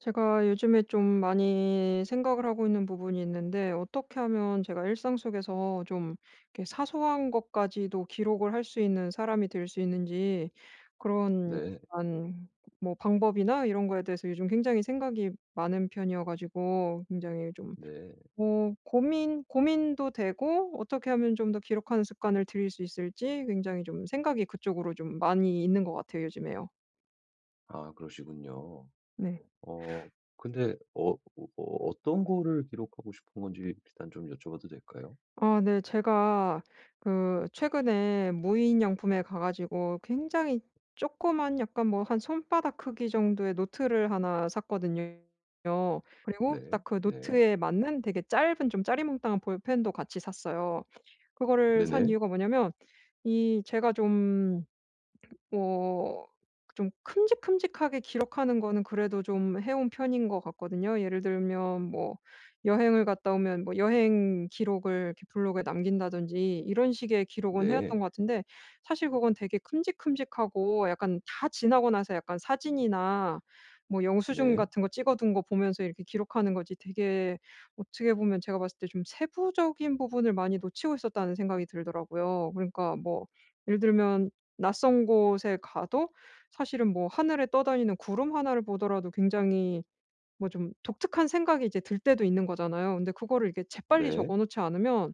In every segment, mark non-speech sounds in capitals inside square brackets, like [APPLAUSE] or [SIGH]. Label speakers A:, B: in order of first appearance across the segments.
A: 제가 요즘에 좀 많이 생각을 하고 있는 부분이 있는데, 어떻게 하면 제가 일상 속에서 좀 이렇게 사소한 것까지도 기록을 할 수 있는 사람이 될 수 있는지, 그런,
B: 네.
A: 약간 뭐 방법이나 이런 거에 대해서 요즘 굉장히 생각이 많은 편이어 가지고, 굉장히 좀
B: 네.
A: 뭐 고민 고민도 되고 어떻게 하면 좀 더 기록하는 습관을 들일 수 있을지 굉장히 좀 생각이 그쪽으로 좀 많이 있는 것 같아요, 요즘에요.
B: 아 그러시군요.
A: 네.
B: 어 근데 어떤 거를 기록하고 싶은 건지 일단 좀 여쭤봐도 될까요?
A: 아 네. 제가 그 최근에 무인양품에 가 가지고 굉장히 조그만 약간 뭐 한 손바닥 크기 정도의 노트를 하나 샀거든요. 그리고
B: 네.
A: 딱 그
B: 네.
A: 노트에 맞는 되게 짧은 좀 짜리몽땅한 볼펜도 같이 샀어요. 그거를 산
B: 네네.
A: 이유가 뭐냐면 이 제가 좀 어 좀 큼직큼직하게 기록하는 거는 그래도 좀 해온 편인 것 같거든요. 예를 들면 뭐 여행을 갔다 오면 뭐 여행 기록을 이렇게 블로그에 남긴다든지 이런 식의 기록은 해
B: 네.
A: 왔던
B: 네.
A: 것 같은데, 사실 그건 되게 큼직큼직하고 약간 다 지나고 나서 약간 사진이나 뭐 영수증
B: 네.
A: 같은 거 찍어 둔 거 보면서 이렇게 기록하는 거지, 되게 어떻게 보면 제가 봤을 때 좀 세부적인 부분을 많이 놓치고 있었다는 생각이 들더라고요. 그러니까 뭐 예를 들면, 낯선 곳에 가도 사실은 뭐 하늘에 떠다니는 구름 하나를 보더라도 굉장히 뭐 좀 독특한 생각이 이제 들 때도 있는 거잖아요. 근데 그거를 이렇게 재빨리
B: 네.
A: 적어 놓지 않으면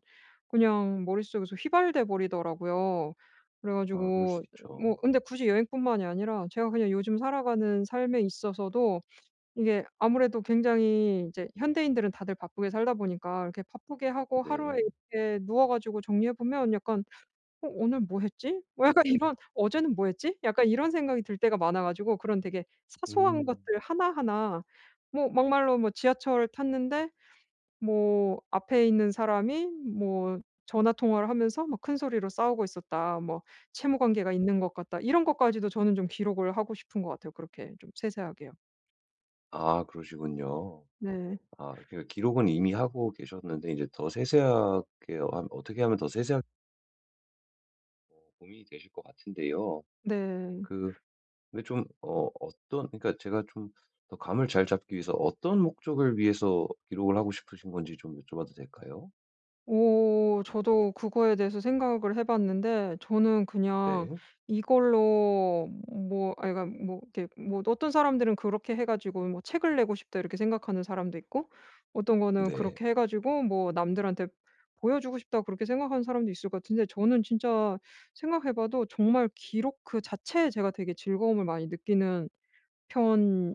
A: 그냥 머릿속에서 휘발돼 버리더라고요. 그래
B: 아 그럴 수
A: 가지고
B: 있죠.
A: 뭐 근데 굳이 여행뿐만이 아니라 제가 그냥 요즘 살아가는 삶에 있어서도, 이게 아무래도 굉장히 이제 현대인들은 다들 바쁘게 살다 보니까 이렇게 바쁘게 하고 하루에
B: 네.
A: 이렇게 누워 가지고 정리해 보면, 약간 '어 오늘 뭐 했지?' 뭐 약간 이런 [LAUGHS] '어제는 뭐 했지?' 약간 이런 생각이 들 때가 많아 가지고, 그런 되게 사소한
B: 음.
A: 것들 하나하나 뭐 막말로 뭐 지하철을 탔는데 뭐 앞에 있는 사람이 뭐 전화 통화를 하면서 막 큰 소리로 싸우고 있었다. 뭐 '채무 관계가 있는 것 같다.' 이런 것까지도 저는 좀 기록을 하고 싶은 것 같아요, 그렇게 좀 세세하게요.
B: 아 그러시군요.
A: 네.
B: 아 그러니까 기록은 이미 하고 계셨는데 이제 더 세세하게 어, 함 어떻게 하면 더 세세하게 고민이 되실 것 같은데요.
A: 네.
B: 그 근데 좀 어떤 그러니까 제가 좀 더 감을 잘 잡기 위해서 어떤 목적을 위해서 기록을 하고 싶으신 건지 좀 여쭤봐도 될까요?
A: 오 저도 그거에 대해서 생각을 해 봤는데, 저는 그냥
B: 네.
A: 이걸로 뭐아 그러니까 뭐 이렇게 뭐, 어떤 사람들은 그렇게 해 가지고 뭐 '책을 내고 싶다.' 이렇게 생각하는 사람도 있고, 어떤 거는
B: 네.
A: 그렇게 해 가지고 뭐 '남들한테 보여주고 싶다.' 그렇게 생각하는 사람도 있을 것 같은데, 저는 진짜 생각해 봐도 정말 기록 그 자체에 제가 되게 즐거움을 많이 느끼는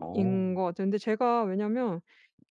B: 어.
A: 것 같은데, 제가 왜냐면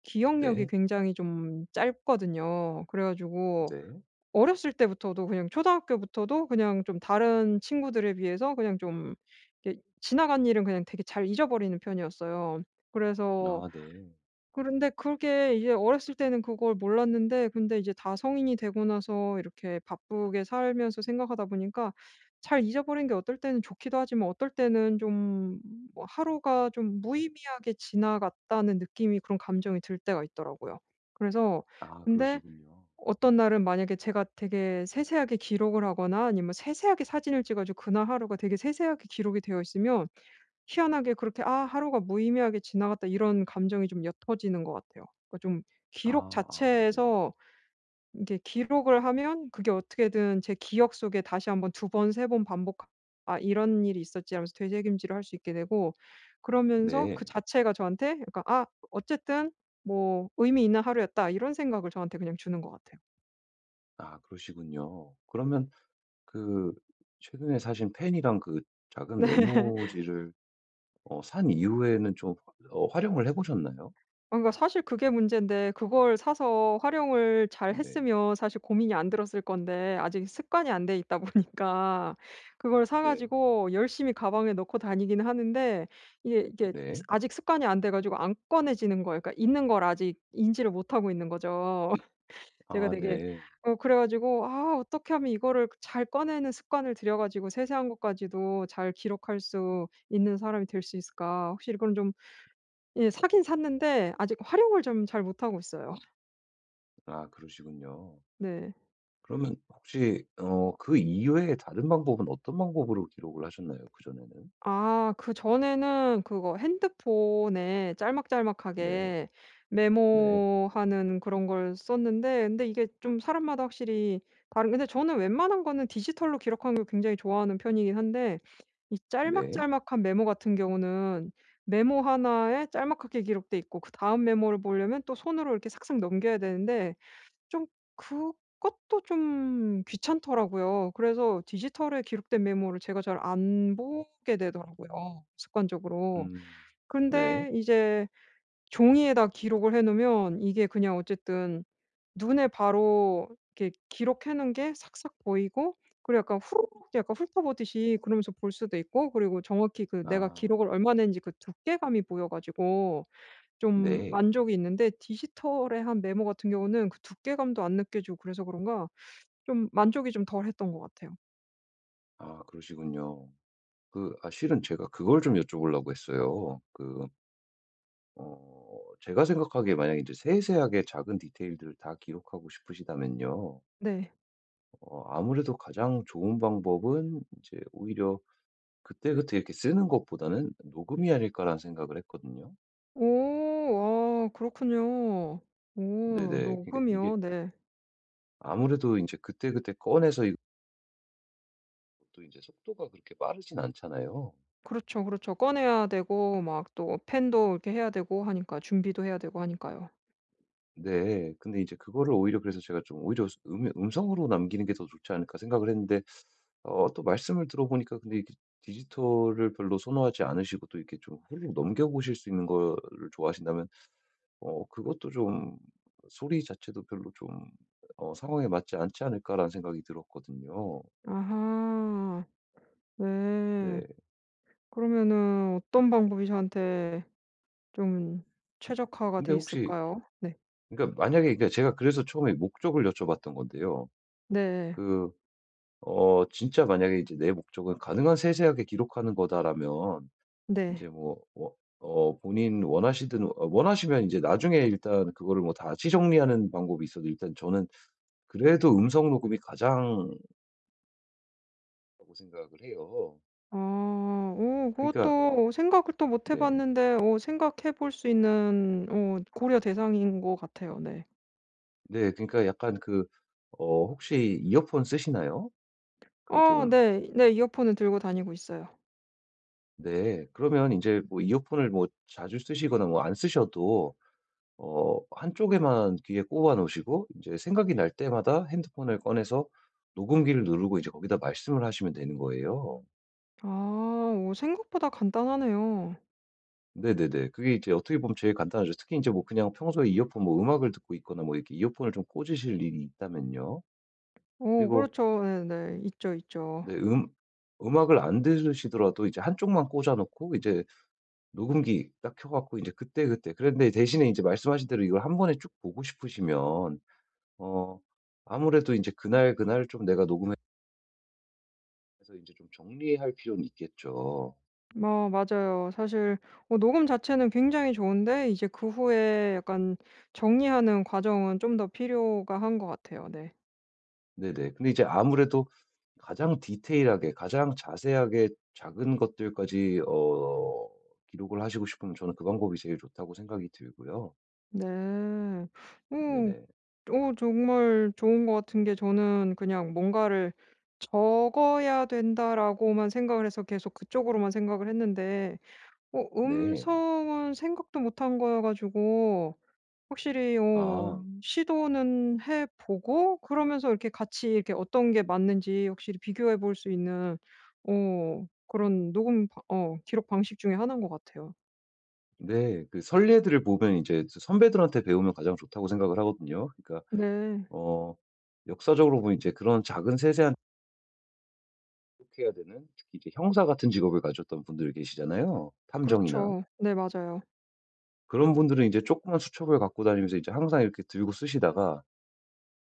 A: 기억력이
B: 네.
A: 굉장히 좀 짧거든요. 그래 가지고
B: 네.
A: 어렸을 때부터도 그냥 초등학교부터도 그냥 좀 다른 친구들에 비해서 그냥 좀 이렇게 지나간 일은 그냥 되게 잘 잊어버리는 편이었어요. 그래서,
B: 아 네.
A: 그런데 그게 이제 어렸을 때는 그걸 몰랐는데 근데 이제 다 성인이 되고 나서 이렇게 바쁘게 살면서 생각하다 보니까, 잘 잊어버린 게 어떨 때는 좋기도 하지만 어떨 때는 좀뭐 하루가 좀 무의미하게 지나갔다는 느낌이, 그런 감정이 들 때가 있더라고요. 그래서,
B: 아
A: 근데
B: 그러시군요.
A: 어떤 날은 만약에 제가 되게 세세하게 기록을 하거나 아니면 세세하게 사진을 찍어 가지고 그날 하루가 되게 세세하게 기록이 되어 있으면 희한하게 그렇게 '아 하루가 무의미하게 지나갔다.' 이런 감정이 좀 옅어지는 것 같아요. 그러니까 좀
B: 아
A: 기록
B: 아 네.
A: 자체에서, 이게 기록을 하면 그게 어떻게든 제 기억 속에 다시 한번 두 번 세 번 반복 '아 이런 일이 있었지.' 하면서 되새김질을 할 수 있게 되고 그러면서
B: 네.
A: 그 자체가 저한테 약간 '아 어쨌든 뭐 의미 있는 하루였다.' 이런 생각을 저한테 그냥 주는 것 같아요.
B: 아 그러시군요. 그러면 그 최근에 사신 펜이랑
A: [LAUGHS]
B: 작은
A: 네.
B: 메모지를 산 이후에는 좀 활용을 해 보셨나요?
A: 그러니까 사실 그게 문제인데 그걸 사서 활용을 잘
B: 네.
A: 했으면 사실 고민이 안 들었을 건데 아직 습관이 안 돼 있다 [LAUGHS] 보니까 그걸 사
B: 네.
A: 가지고 열심히 가방에 넣고 다니긴 하는데, 이게 이게
B: 네.
A: 스 아직 습관이 안 돼 가지고 안 꺼내지는 거예요. 그러니까 있는 걸 아직 인지를 못하고 있는 거죠. [LAUGHS] 제가
B: 아
A: 되게
B: 네.
A: 그래 가지고 '아 어떻게 하면 이거를 그 잘 꺼내는 습관을 들여 가지고 세세한 것까지도 잘 기록할 수 있는 사람이 될 수 있을까?' 혹시 이건 좀 예 사긴 샀는데 아직 활용을 좀 잘 못하고 있어요.
B: 아 그러시군요.
A: 네.
B: 그러면 혹시 그 이외에 다른 방법은 어떤 방법으로 기록을 하셨나요? 그전에는?
A: 아 그전에는 그거 핸드폰에
B: 네.
A: 짤막짤막하게
B: 네.
A: 메모하는 그런 걸 썼는데, 근데 이게 좀 사람마다 확실히 다른, 근데 저는 웬만한 거는 디지털로 기록하는 걸 굉장히 좋아하는 편이긴 한데, 이
B: 네.
A: 짤막짤막한 메모 같은 경우는 메모 하나에 짤막하게 기록돼 있고 그다음 메모를 보려면 또 손으로 이렇게 삭삭 넘겨야 되는데 좀, 그것도 좀 귀찮더라고요. 그래서 디지털에 기록된 메모를 제가 잘 안 보게 되더라고요, 습관적으로.
B: 음. 네.
A: 근데 이제 종이에다 기록을 해 놓으면 이게 그냥 어쨌든 눈에 바로 이렇게 기록해 놓은 게 싹싹 보이고 그리고 약간 후루룩 약간 훑어보듯이 그러면서 볼 수도 있고, 그리고 정확히 그 내가
B: 아.
A: 기록을 얼마나 했는지 그 두께감이 보여 가지고 좀
B: 네.
A: 만족이 있는데, 디지털의 한 메모 같은 경우는 그 두께감도 안 느껴지고 그래서 그런가 좀 만족이 좀 덜했던 것 같아요.
B: 아 그러시군요. 아 실은 제가 그걸 좀 여쭤보려고 했어요. 어 제가 생각하기에 만약에 제 세세하게 작은 디테일들을 다 기록하고 싶으시다면요.
A: 네.
B: 아무래도 가장 좋은 방법은 이제 오히려 그때그때 이렇게 쓰는 것보다는 '녹음이 아닐까.'라는 생각을 했거든요.
A: 오. 아 그렇군요. 오
B: 네네. 그러니까 이게
A: 녹음이요. 네.
B: 아무래도 이제 그때그때 꺼내서 이제 속도가 그렇게 빠르진 않잖아요.
A: 그렇죠, 그렇죠. 꺼내야 되고 막 또 펜도 이렇게 해야 되고 하니까 준비도 해야 되고 하니까요.
B: 네. 근데 이제 그거를 오히려 그래서 제가 좀 오히려 음성으로 남기는 게 더 좋지 않을까 생각을 했는데 또 말씀을 들어보니까 근데 이게 디지털을 별로 선호하지 않으시고 또 이렇게 좀 훌륭 넘겨보실 수 있는 거를 좋아하신다면 그것도 좀 소리 자체도 별로 좀 '상황에 맞지 않지 않을까.'라는 생각이 들었거든요.
A: 아하. 네.
B: 네.
A: 그러면은 어떤 방법이 저한테 좀
B: 근
A: 최적화가
B: 근데
A: 돼
B: 혹시
A: 있을까요? 네.
B: 그러니까 만약에 그러니까 제가 그래서 처음에 목적을 여쭤봤던 건데요.
A: 네.
B: 그 진짜 만약에 이제 내 목적은 가능한 세세하게 기록하는 거다라면 이
A: 네.
B: 제 뭐 본인 원하시든 원하시면 이제 나중에 일단 그거를 뭐 다시 정리하는 방법이 있어도 일단 저는 그래도 음성 녹음이 가장이라고 생각을 해요.
A: 아. 오
B: 그러니까
A: 그것도 생각을 또 못해
B: 네.
A: 봤는데, 오 생각해 볼 수 있는 오 고려 대상인 것 같아요. 네.
B: 네 그러니까 약간 혹시 이어폰 쓰시나요? 그
A: 어
B: 좀
A: 네. 네. 이어폰은 들고 다니고 있어요.
B: 네. 그러면 이제 뭐 이어폰을 뭐 자주 쓰시거나 뭐 안 쓰셔도 한쪽에만 귀에 꽂아 놓으시고 이제 생각이 날 때마다 핸드폰을 꺼내서 녹음기를 누르고 이제 거기다 말씀을 하시면 되는 거예요.
A: 아. 오 생각보다 간단하네요.
B: 네네네. 그게 이제 어떻게 보면 제일 간단하죠. 특히 이제 뭐 그냥 평소에 이어폰 뭐 음악을 듣고 있거나 뭐 이렇게 이어폰을 좀 꽂으실 일이 있다면요.
A: 오
B: 그리고
A: 그렇죠. 네네. 있죠, 있죠.
B: 네 음악을 안 들으시더라도 이제 한쪽만 꽂아 놓고 이제 녹음기 딱 켜 갖고 이제 그때그때 그런데 대신에 이제 말씀하신 대로 이걸 한 번에 쭉 보고 싶으시면 어 아무래도 이제 그날그날 좀 내가 녹음해 그래서 이제 좀 정리할 필요는 있겠죠.
A: 어 맞아요. 사실 녹음 자체는 굉장히 좋은데 이제 그 후에 약간 정리하는 과정은 좀 더 필요가 한 것 같아요. 네.
B: 네네. 근데 이제 아무래도 가장 디테일하게 가장 자세하게 작은 것들까지 기록을 하시고 싶으면 저는 그 방법이 제일 좋다고 생각이 들고요.
A: 네. 오.
B: 네네.
A: 오 정말 좋은 것 같은 게 저는 그냥 뭔가를 '적어야 된다.'라고만 생각을 해서 계속 그쪽으로만 생각을 했는데,
B: 네.
A: 음성은 생각도 못한 거여 가지고 확실히
B: 아
A: 시도는 해 보고 그러면서 이렇게 같이 이렇게 어떤 게 맞는지 확실히 비교해 볼 수 있는 그런 녹음 바- 어 기록 방식 중에 하나인 것 같아요.
B: 네. 그 선례들을 보면 이제 선배들한테 배우면 가장 좋다고 생각을 하거든요. 그러니까
A: 네.
B: 어 역사적으로 보면 이제 그런 작은 세세한 기록해야 되는 특히 이제 형사 같은 직업을 가졌던 분들 계시잖아요, 탐정이나.
A: 그렇죠. 네 맞아요.
B: 그런 분들은 이제 조그만 수첩을 갖고 다니면서 이제 항상 이렇게 들고 쓰시다가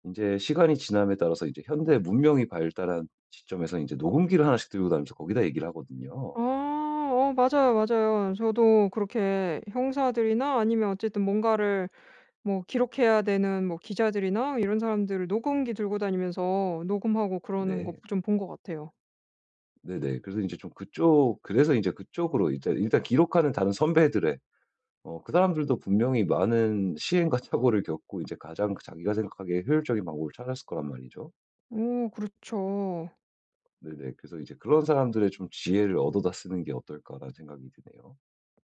B: 인제 시간이 지남에 따라서 이제 현대 문명이 발달한 시점에서 인제 녹음기를 하나씩 들고 다니면서 거기다 얘기를 하거든요.
A: 아 맞아요, 맞아요. 저도 그렇게 형사들이나 아니면 어쨌든 뭔가를 뭐 기록해야 되는 뭐 기자들이나 이런 사람들을 녹음기 들고 다니면서 녹음하고 그러는 거
B: 네.
A: 좀 본 것 같아요.
B: 네네. 그래서 인제 좀 그쪽 그래서 인제 그쪽으로 일단 기록하는 다른 선배들의 그 사람들도 분명히 많은 시행과 [LAUGHS] 착오를 겪고 이제 가장 자기가 생각하기에 효율적인 방법을 찾았을 거란 말이죠.
A: 오 그렇죠.
B: 네네. 그래서 이제 '그런 사람들의 좀 지혜를 얻어다 쓰는 게 어떨까.'라는 생각이 드네요.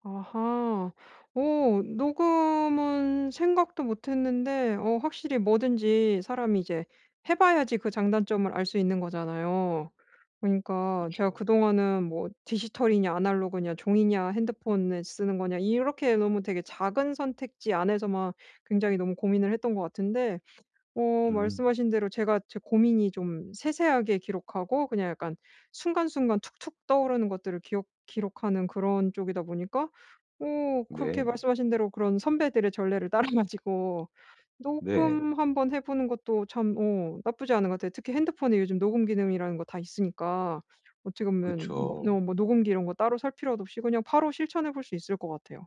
A: 아하. 오 녹음은 생각도 못 했는데 확실히 뭐든지 사람이 이제 해 봐야지 그 장단점을 알 수 있는 거잖아요. 그러니까 제가
B: 그쵸.
A: 그동안은 뭐 디지털이냐 아날로그냐 종이냐 핸드폰을 쓰는 거냐 이렇게 너무 되게 작은 선택지 안에서만 굉장히 너무 고민을 했던 것 같은데, 어
B: 음.
A: 말씀하신 대로 제가 제 고민이 좀 세세하게 기록하고 그냥 약간 순간순간 툭툭 떠오르는 것들을 기억 기록하는 그런 쪽이다 보니까, 오 그렇게
B: 네.
A: 말씀하신 대로 그런 선배들의 전례를 따라 가지고
B: 네.
A: 녹음 한번 해 보는 것도 참 나쁘지 않은 것 같아요. 특히 핸드폰에 요즘 녹음 기능이라는 거 다 있으니까 어떻게 보면 뭐
B: 그쵸.
A: 뭐 녹음기 이런 거 따로 살 필요도 없이 그냥 바로 실천해 볼 수 있을 것 같아요.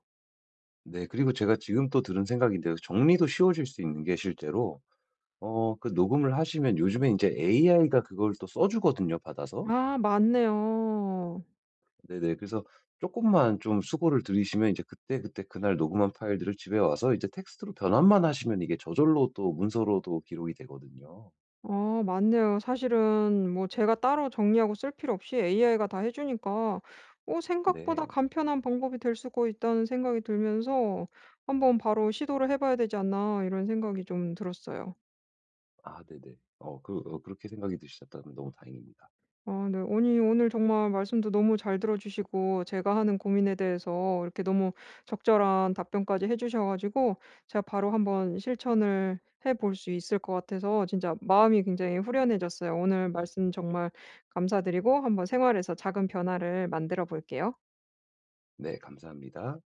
B: 네. 그리고 제가 지금 또 들은 생각인데요. 정리도 쉬워질 수 있는 게 실제로 녹음을 하시면 요즘에 이제 AI가 그걸 또 써 주거든요, 받아서.
A: 아 맞네요.
B: 네네. 그래서 조금만 좀 수고를 들이시면 이제 그때그때 그날 녹음한 파일들을 집에 와서 이제 텍스트로 변환만 하시면 이게 저절로 또 문서로도 기록이 되거든요.
A: 아 맞네요. 사실은 뭐 제가 따로 정리하고 쓸 필요 없이 AI가 다 해 주니까 생각보다
B: 네.
A: 간편한 방법이 될 수가 있다는 생각이 들면서 '한번 바로 시도를 해 봐야 되지 않나.' 이런 생각이 좀 들었어요.
B: 아 네네. 그렇게 생각이 드셨다면 너무 다행입니다.
A: 아 네. 아니 오늘 정말 말씀도 너무 잘 들어 주시고 제가 하는 고민에 대해서 이렇게 너무 적절한 답변까지 해 주셔 가지고 제가 바로 한번 실천을 해볼 수 있을 것 같아서 진짜 마음이 굉장히 후련해졌어요. 오늘 말씀 정말 감사드리고 한번 생활에서 작은 변화를 만들어 볼게요.
B: 네. 감사합니다.